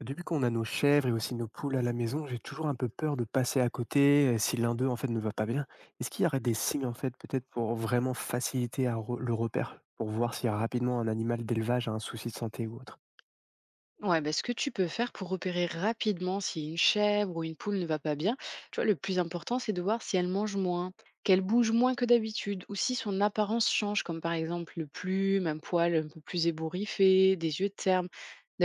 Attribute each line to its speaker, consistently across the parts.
Speaker 1: Depuis qu'on a nos chèvres et aussi nos poules à la maison, j'ai toujours un peu peur de passer à côté si l'un d'eux en fait ne va pas bien. Est-ce qu'il y aurait des signes en fait peut-être pour vraiment faciliter à le repère, pour voir si rapidement un animal d'élevage a un souci de santé ou autre.
Speaker 2: Ouais, bah, ce que tu peux faire pour repérer rapidement si une chèvre ou une poule ne va pas bien, tu vois, le plus important, c'est de voir si elle mange moins, qu'elle bouge moins que d'habitude, ou si son apparence change, comme par exemple le plume, un poil un peu plus ébouriffé, des yeux ternes.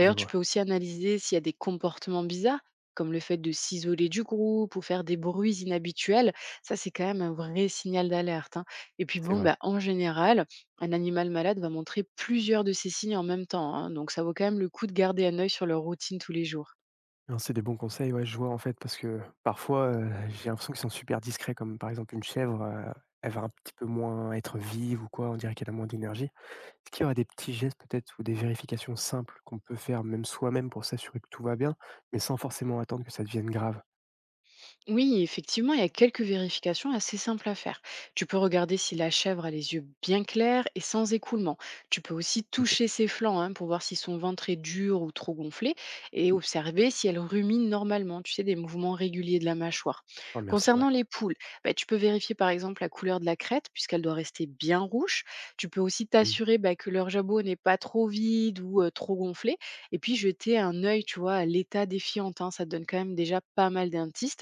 Speaker 1: Je
Speaker 2: tu
Speaker 1: vois,
Speaker 2: peux aussi analyser s'il y a des comportements bizarres, comme le fait de s'isoler du groupe ou faire des bruits inhabituels. Ça, c'est quand même un vrai signal d'alerte, hein. Et puis
Speaker 1: c'est
Speaker 2: bon,
Speaker 1: vrai.
Speaker 2: bah, en général, un animal malade va montrer plusieurs de ces signes en même temps, hein, donc ça vaut quand même le coup de garder un œil sur leur routine tous les jours.
Speaker 1: Non, c'est des bons conseils, ouais, je vois en fait parce que parfois j'ai l'impression qu'ils sont super discrets, comme par exemple une chèvre, elle va un petit peu moins être vive ou quoi, on dirait qu'elle a moins d'énergie. Est-ce qu'il y aura des petits gestes peut-être ou des vérifications simples qu'on peut faire même soi-même pour s'assurer que tout va bien, mais sans forcément attendre que ça devienne grave?
Speaker 2: Oui, effectivement, il y a quelques vérifications assez simples à faire. Tu peux regarder si la chèvre a les yeux bien clairs et sans écoulement. Tu peux aussi
Speaker 1: OK.
Speaker 2: toucher ses flancs, hein, pour voir si son ventre est dur ou trop gonflé, et observer si elle rumine normalement, tu sais, des mouvements réguliers de la mâchoire.
Speaker 1: Oh merci, ouais.
Speaker 2: Concernant les poules, bah, tu peux vérifier par exemple la couleur de la crête puisqu'elle doit rester bien rouge. Tu peux aussi
Speaker 1: Mmh.
Speaker 2: t'assurer bah, que leur jabot n'est pas trop vide ou trop gonflé, et puis jeter un œil, tu vois, à l'état défiant, hein. Ça te donne quand même déjà pas mal d'indices,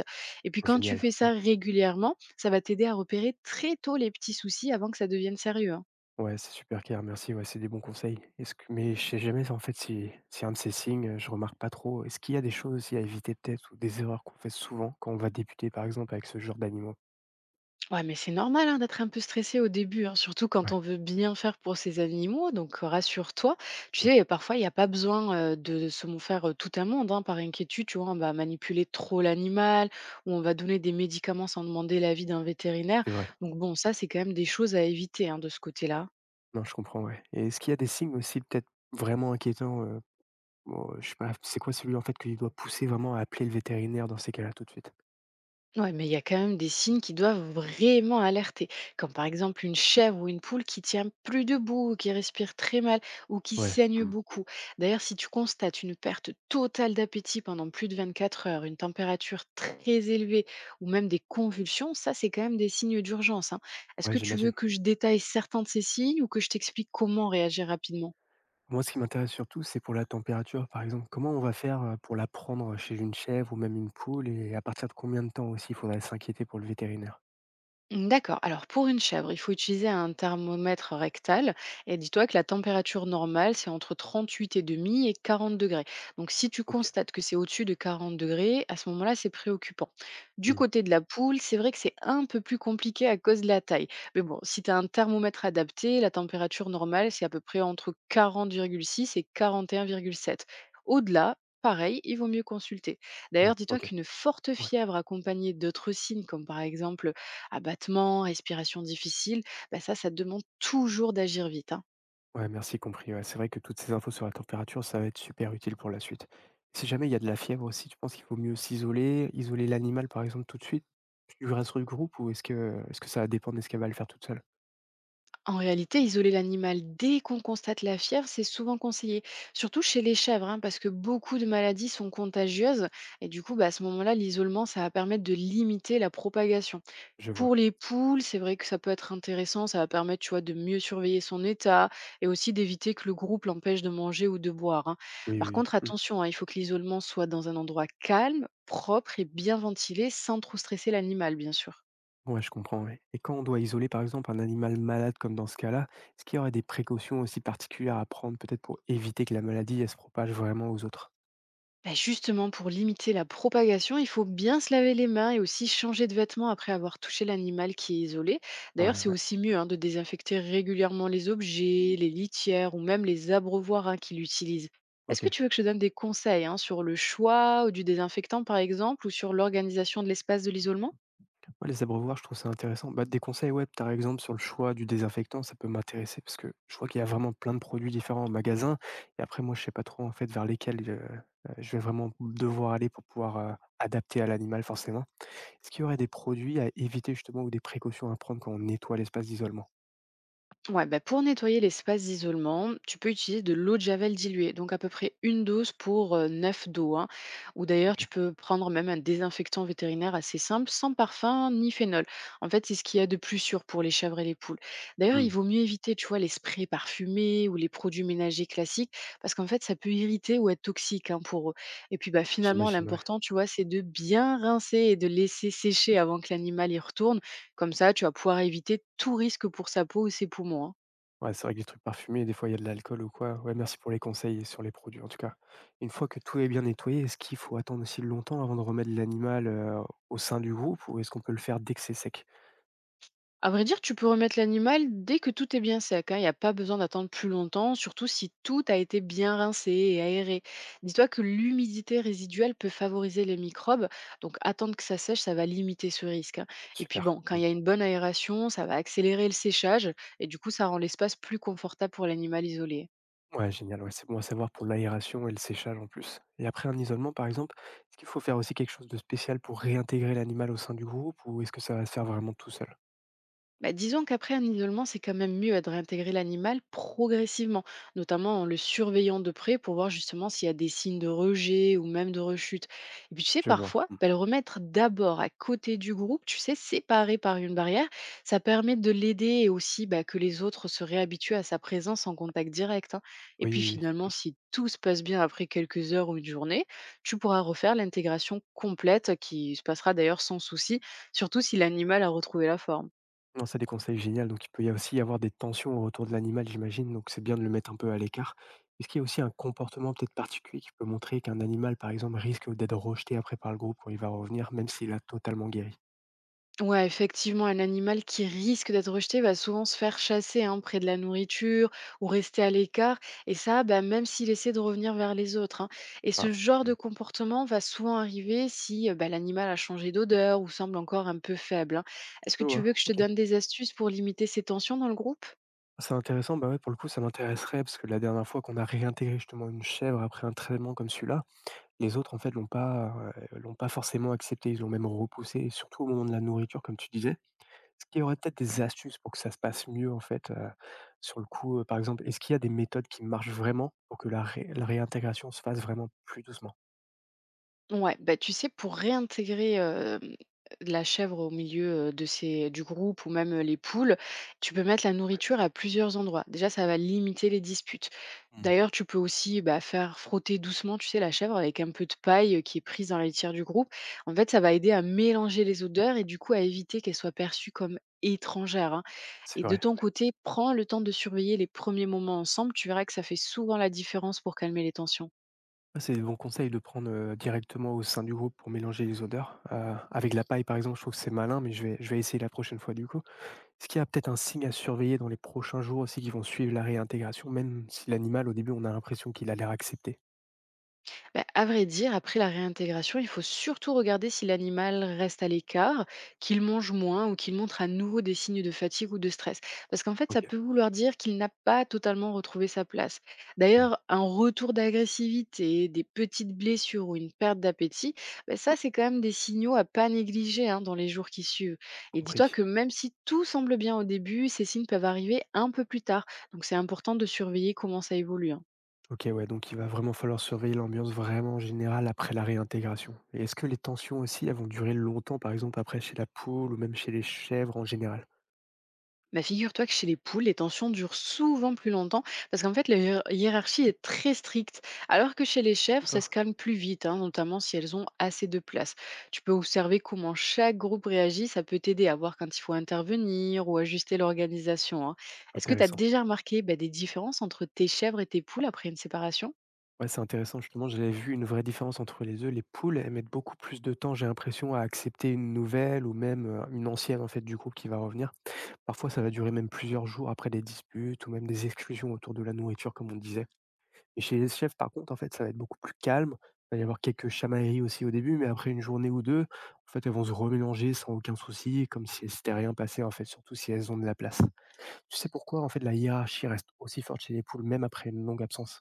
Speaker 2: et puis quand tu
Speaker 1: Génial,
Speaker 2: fais
Speaker 1: ouais.
Speaker 2: ça régulièrement, ça va t'aider à repérer très tôt les petits soucis avant que ça devienne sérieux, hein.
Speaker 1: Ouais, c'est super clair, merci, ouais, c'est des bons conseils. Est-ce que mais je sais jamais en fait si un de ces signes, je remarque pas trop. Est-ce qu'il y a des choses aussi à éviter peut-être ou des erreurs qu'on fait souvent quand on va débuter par exemple avec ce genre d'animaux?
Speaker 2: Ouais, mais c'est normal hein, d'être un peu stressé au début, hein, surtout quand
Speaker 1: Ouais.
Speaker 2: on veut bien faire pour ses animaux, donc rassure-toi. Tu
Speaker 1: Mmh.
Speaker 2: sais, parfois, il n'y a pas besoin de faire tout un monde hein, par inquiétude. Tu vois, on va manipuler trop l'animal ou on va donner des médicaments sans demander l'avis d'un vétérinaire.
Speaker 1: C'est vrai.
Speaker 2: Donc bon, ça, c'est quand même des choses à éviter hein, de ce côté-là.
Speaker 1: Non, je comprends, ouais. Et est-ce qu'il y a des signes aussi peut-être vraiment inquiétants, bon, je sais pas, c'est quoi celui, en fait, qui doit pousser vraiment à appeler le vétérinaire dans ces cas-là tout de suite?
Speaker 2: Ouais, mais il y a quand même des signes qui doivent vraiment alerter, comme par exemple une chèvre ou une poule qui tient plus debout, ou qui respire très mal ou qui
Speaker 1: Ouais.
Speaker 2: saigne
Speaker 1: Mmh.
Speaker 2: beaucoup. D'ailleurs, si tu constates une perte totale d'appétit pendant plus de 24 heures, une température très élevée ou même des convulsions, ça c'est quand même des signes d'urgence, hein. Est-ce
Speaker 1: Ouais,
Speaker 2: que tu veux
Speaker 1: j'imagine.
Speaker 2: que je détaille certains de ces signes ou que je t'explique comment réagir rapidement?
Speaker 1: Moi, ce qui m'intéresse surtout, c'est pour la température, par exemple. Comment on va faire, pour la prendre chez une chèvre ou même une poule et à partir de combien de temps aussi il faudrait s'inquiéter pour le vétérinaire?
Speaker 2: Mmh, d'accord. Alors pour une chèvre, il faut utiliser un thermomètre rectal, et dis-toi que la température normale, c'est entre 38,5 et 40 degrés. Donc si tu
Speaker 1: OK.
Speaker 2: constates que c'est au-dessus de 40 degrés, à ce moment-là, c'est préoccupant. Du
Speaker 1: Mmh.
Speaker 2: côté de la poule, c'est vrai que c'est un peu plus compliqué à cause de la taille. Mais bon, si tu as un thermomètre adapté, la température normale, c'est à peu près entre 40,6 et 41,7. Au-delà, pareil, il vaut mieux consulter.
Speaker 1: Bon,
Speaker 2: D'ailleurs, dis-toi
Speaker 1: OK.
Speaker 2: qu'une forte
Speaker 1: Ouais.
Speaker 2: fièvre accompagnée d'autres signes, comme par exemple abattement, respiration difficile, bah ça, ça demande toujours d'agir vite, hein.
Speaker 1: Ouais, merci, compris, ouais. C'est vrai que toutes ces infos sur la température, ça va être super utile pour la suite. Si jamais il y a de la fièvre aussi, tu penses qu'il faut mieux s'isoler, isoler l'animal, par exemple, tout de suite? Tu reste sur le groupe ou est-ce que ça va dépendre de ce qu'elle va le faire toute seule?
Speaker 2: En réalité, isoler l'animal dès qu'on constate la fièvre, c'est souvent conseillé, surtout chez les chèvres, hein, parce que beaucoup de maladies sont contagieuses. Et du coup, bah, à ce moment-là, l'isolement, ça va permettre de limiter la propagation.
Speaker 1: Je vois.
Speaker 2: Pour les poules, c'est vrai que ça peut être intéressant, ça va permettre, tu vois, de mieux surveiller son état et aussi d'éviter que le groupe l'empêche de manger ou de boire, hein.
Speaker 1: Oui,
Speaker 2: Par
Speaker 1: oui,
Speaker 2: contre,
Speaker 1: oui. Mmh.
Speaker 2: attention, hein, il faut que l'isolement soit dans un endroit calme, propre et bien ventilé sans trop stresser l'animal, bien sûr.
Speaker 1: Ouais, je comprends, ouais. Et quand on doit isoler, par exemple, un animal malade comme dans ce cas-là, est-ce qu'il y aurait des précautions aussi particulières à prendre peut-être pour éviter que la maladie, elle se propage vraiment aux autres?
Speaker 2: Bah, justement, pour limiter la propagation, il faut bien se laver les mains et aussi changer de vêtements après avoir touché l'animal qui est isolé.
Speaker 1: Ouais,
Speaker 2: D'ailleurs, c'est
Speaker 1: ouais,
Speaker 2: aussi mieux hein, de désinfecter régulièrement les objets, les litières ou même les abreuvoirs hein, qu'il utilise. Est-ce que
Speaker 1: OK.
Speaker 2: tu veux que je te donne des conseils hein, sur le choix du désinfectant, par exemple, ou sur l'organisation de l'espace de l'isolement?
Speaker 1: Ouais, les abreuvoirs, je trouve ça intéressant. Bah, des conseils, ouais, par exemple, sur le choix du désinfectant, ça peut m'intéresser parce que je vois qu'il y a vraiment plein de produits différents en magasin et après, moi, je sais pas trop, en fait, vers lesquels, je vais vraiment devoir aller pour pouvoir, adapter à l'animal forcément. Est-ce qu'il y aurait des produits à éviter justement ou des précautions à prendre quand on nettoie l'espace d'isolement?
Speaker 2: Ouais, bah, pour nettoyer l'espace d'isolement, tu peux utiliser de l'eau de javel diluée, donc à peu près une dose pour neuf d'eau, hein. Ou d'ailleurs,
Speaker 1: OK.
Speaker 2: tu peux prendre même un désinfectant vétérinaire assez simple, sans parfum ni phénol. En fait, c'est ce qu'il y a de plus sûr pour les chèvres et les poules. D'ailleurs, il
Speaker 1: Mmh.
Speaker 2: vaut mieux éviter, tu vois, les sprays parfumés ou les produits ménagers classiques, parce qu'en fait, ça peut irriter ou être toxique hein, pour eux. Et puis, bah, finalement,
Speaker 1: J'imagine, ouais.
Speaker 2: l'important, tu vois, c'est de bien rincer et de laisser sécher avant que l'animal y retourne, comme ça, tu vas pouvoir éviter tout risque pour sa peau ou ses poumons, hein.
Speaker 1: Ouais, c'est vrai que les trucs parfumés, des fois, il y a de l'alcool ou quoi. Ouais, merci pour les conseils sur les produits, en tout cas. Une fois que tout est bien nettoyé, est-ce qu'il faut attendre aussi longtemps avant de remettre l'animal au sein du groupe ou est-ce qu'on peut le faire dès que c'est sec?
Speaker 2: À vrai dire, tu peux remettre l'animal dès que tout est bien sec, hein. Il n'y a pas besoin d'attendre plus longtemps, surtout si tout a été bien rincé et aéré. Dis-toi que l'humidité résiduelle peut favoriser les microbes, donc attendre que ça sèche, ça va limiter ce risque, hein. Et puis
Speaker 1: Super.
Speaker 2: bon, quand
Speaker 1: Mm.
Speaker 2: il y a une bonne aération, ça va accélérer le séchage et du coup, ça rend l'espace plus confortable pour l'animal isolé, hein.
Speaker 1: Ouais, génial. Ouais, c'est bon à savoir pour l'aération et le séchage en plus. Et après un isolement, par exemple, est-ce qu'il faut faire aussi quelque chose de spécial pour réintégrer l'animal au sein du groupe ou est-ce que ça va se faire vraiment tout seul?
Speaker 2: Bah, disons qu'après un isolement, c'est quand même mieux de réintégrer l'animal progressivement, notamment en le surveillant de près pour voir justement s'il y a des signes de rejet ou même de rechute. Et puis tu sais,
Speaker 1: Je vois.
Speaker 2: parfois,
Speaker 1: Mm.
Speaker 2: bah, le remettre d'abord à côté du groupe, tu sais, séparé par une barrière, ça permet de l'aider et aussi bah, que les autres se réhabituent à sa présence en contact direct, hein. Et
Speaker 1: Oui,
Speaker 2: puis
Speaker 1: oui, oui.
Speaker 2: finalement, si tout se passe bien après quelques heures ou une journée, tu pourras refaire l'intégration complète qui se passera d'ailleurs sans souci, surtout si l'animal a retrouvé la forme.
Speaker 1: Non, c'est des conseils géniaux. Donc il peut y a aussi y avoir des tensions autour de l'animal, j'imagine, donc c'est bien de le mettre un peu à l'écart. Est-ce qu'il y a aussi un comportement peut-être particulier qui peut montrer qu'un animal, par exemple, risque d'être rejeté après par le groupe quand il va revenir, même s'il a totalement guéri?
Speaker 2: Ouais, effectivement, un animal qui risque d'être rejeté va souvent se faire chasser hein, près de la nourriture ou rester à l'écart, et ça, bah, même s'il essaie de revenir vers les autres, hein. Et
Speaker 1: Waouh.
Speaker 2: ce genre de
Speaker 1: Mmh.
Speaker 2: comportement va souvent arriver si bah, l'animal a changé d'odeur ou semble encore un peu faible, hein. Est-ce
Speaker 1: Je
Speaker 2: que tu
Speaker 1: vois,
Speaker 2: veux que je te
Speaker 1: ok.
Speaker 2: donne des astuces pour limiter ces tensions dans le groupe?
Speaker 1: C'est intéressant, bah ouais, pour le coup, ça m'intéresserait parce que la dernière fois qu'on a réintégré justement une chèvre après un traitement comme celui-là, les autres en fait l'ont pas forcément accepté, ils l'ont même repoussé, surtout au moment de la nourriture, comme tu disais. Est-ce qu'il y aurait peut-être des astuces pour que ça se passe mieux en fait, sur le coup, par exemple, est-ce qu'il y a des méthodes qui marchent vraiment pour que la réintégration se fasse vraiment plus doucement?
Speaker 2: Ouais, bah, tu sais, pour réintégrer, la chèvre au milieu, de ces du groupe ou même, les poules, tu peux mettre la nourriture à plusieurs endroits. Déjà, ça va limiter les disputes.
Speaker 1: Mmh.
Speaker 2: D'ailleurs, tu peux aussi, bah, faire frotter doucement, tu sais, la chèvre avec un peu de paille, qui est prise dans la litière du groupe. En fait, ça va aider à mélanger les odeurs et du coup à éviter qu'elle soit perçue comme étrangère, hein,
Speaker 1: C'est
Speaker 2: et de
Speaker 1: vrai.
Speaker 2: ton côté, prends le temps de surveiller les premiers moments ensemble, tu verras que ça fait souvent la différence pour calmer les tensions.
Speaker 1: Ouais, c'est des bons conseils de prendre, directement au sein du groupe pour mélanger les odeurs. Avec la paille, par exemple, je trouve que c'est malin, mais je vais essayer la prochaine fois du coup. Est-ce qu'il y a peut-être un signe à surveiller dans les prochains jours aussi qui vont suivre la réintégration, même si l'animal, au début, on a l'impression qu'il a l'air accepté?
Speaker 2: Bah, à vrai dire, après la réintégration, il faut surtout regarder si l'animal reste à l'écart, qu'il mange moins ou qu'il montre à nouveau des signes de fatigue ou de stress. Parce qu'en fait, ça
Speaker 1: OK.
Speaker 2: peut vouloir dire qu'il n'a pas totalement retrouvé sa place.
Speaker 1: Mmh.
Speaker 2: D'ailleurs, un retour d'agressivité, des petites blessures ou une perte d'appétit, bah, ça, c'est quand même des signaux à pas négliger hein, dans les jours qui suivent. Et dis-toi
Speaker 1: Compris.
Speaker 2: que même si tout semble bien au début, ces signes peuvent arriver un peu plus tard. Donc, c'est important de surveiller comment ça évolue, hein.
Speaker 1: OK, ouais, donc il va vraiment falloir surveiller l'ambiance vraiment générale après la réintégration. Et est-ce que les tensions aussi, elles vont durer longtemps, par exemple après chez la poule ou même chez les chèvres en général?
Speaker 2: Bah, figure-toi que chez les poules, les tensions durent souvent plus longtemps parce qu'en fait, la hiérarchie est très stricte. Alors que chez les chèvres, ça se
Speaker 1: D'accord.
Speaker 2: calme plus vite, hein, notamment si elles ont assez de place. Tu peux observer comment chaque groupe réagit, ça peut t'aider à voir quand il faut intervenir ou ajuster l'organisation, hein. Est-ce que tu as
Speaker 1: Intéressant.
Speaker 2: déjà remarqué bah, des différences entre tes chèvres et tes poules après une séparation?
Speaker 1: Ouais, c'est intéressant. Justement, j'avais vu une vraie différence entre les œufs. Les poules, elles mettent beaucoup plus de temps, j'ai l'impression, à accepter une nouvelle ou même une ancienne, en fait, du groupe qui va revenir. Parfois, ça va durer même plusieurs jours après des disputes ou même des exclusions autour de la nourriture, comme on disait. Et chez les chefs, par contre, en fait, ça va être beaucoup plus calme. Il va y avoir quelques chamailleries aussi au début, mais après une journée ou deux, en fait, elles vont se remélanger sans aucun souci, comme si elles s'étaient rien passé, en fait, surtout si elles ont de la place. Tu sais pourquoi, en fait, la hiérarchie reste aussi forte chez les poules, même après une longue absence?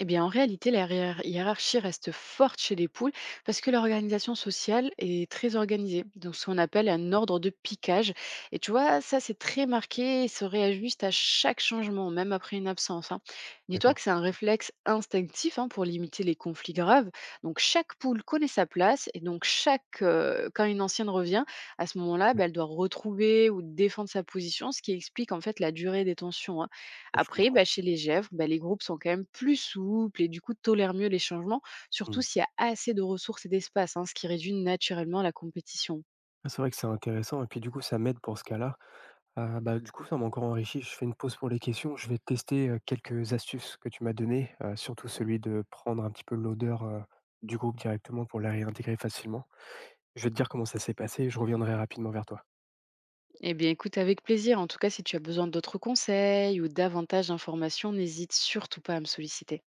Speaker 2: Eh bien, en réalité, la hiérarchie reste forte chez les poules parce que l'organisation sociale est très organisée. Donc, ce qu'on appelle un ordre de piquage. Et tu vois, ça, c'est très marqué et se réajuste à chaque changement, même après une absence, hein. Dis-toi que
Speaker 1: D'accord,
Speaker 2: c'est un réflexe instinctif hein, pour limiter les conflits graves. Donc, chaque poule connaît sa place et donc, quand une ancienne revient, à ce moment-là,
Speaker 1: ouais,
Speaker 2: bah, elle doit retrouver ou défendre sa position, ce qui explique en fait la durée des tensions, hein.
Speaker 1: ouais, je
Speaker 2: Après,
Speaker 1: comprends.
Speaker 2: bah, chez les Gèvres, bah, les groupes sont quand même plus souples et du coup tolèrent mieux les changements, surtout
Speaker 1: Mmh.
Speaker 2: s'il y a assez de ressources et d'espace, hein, ce qui réduit naturellement la compétition.
Speaker 1: Ah, c'est vrai que c'est intéressant, et puis du coup, ça m'aide pour ce cas-là. Ah, bah, du coup, ça m'a encore enrichi. Je fais une pause pour les questions. Je vais tester quelques astuces que tu m'as données, surtout celui de prendre un petit peu l'odeur du groupe directement pour la réintégrer facilement. Je vais te dire comment ça s'est passé, je reviendrai rapidement vers toi.
Speaker 2: Eh bien, écoute avec plaisir. En tout cas, si tu as besoin d'autres conseils ou davantage d'informations, n'hésite surtout pas à me solliciter.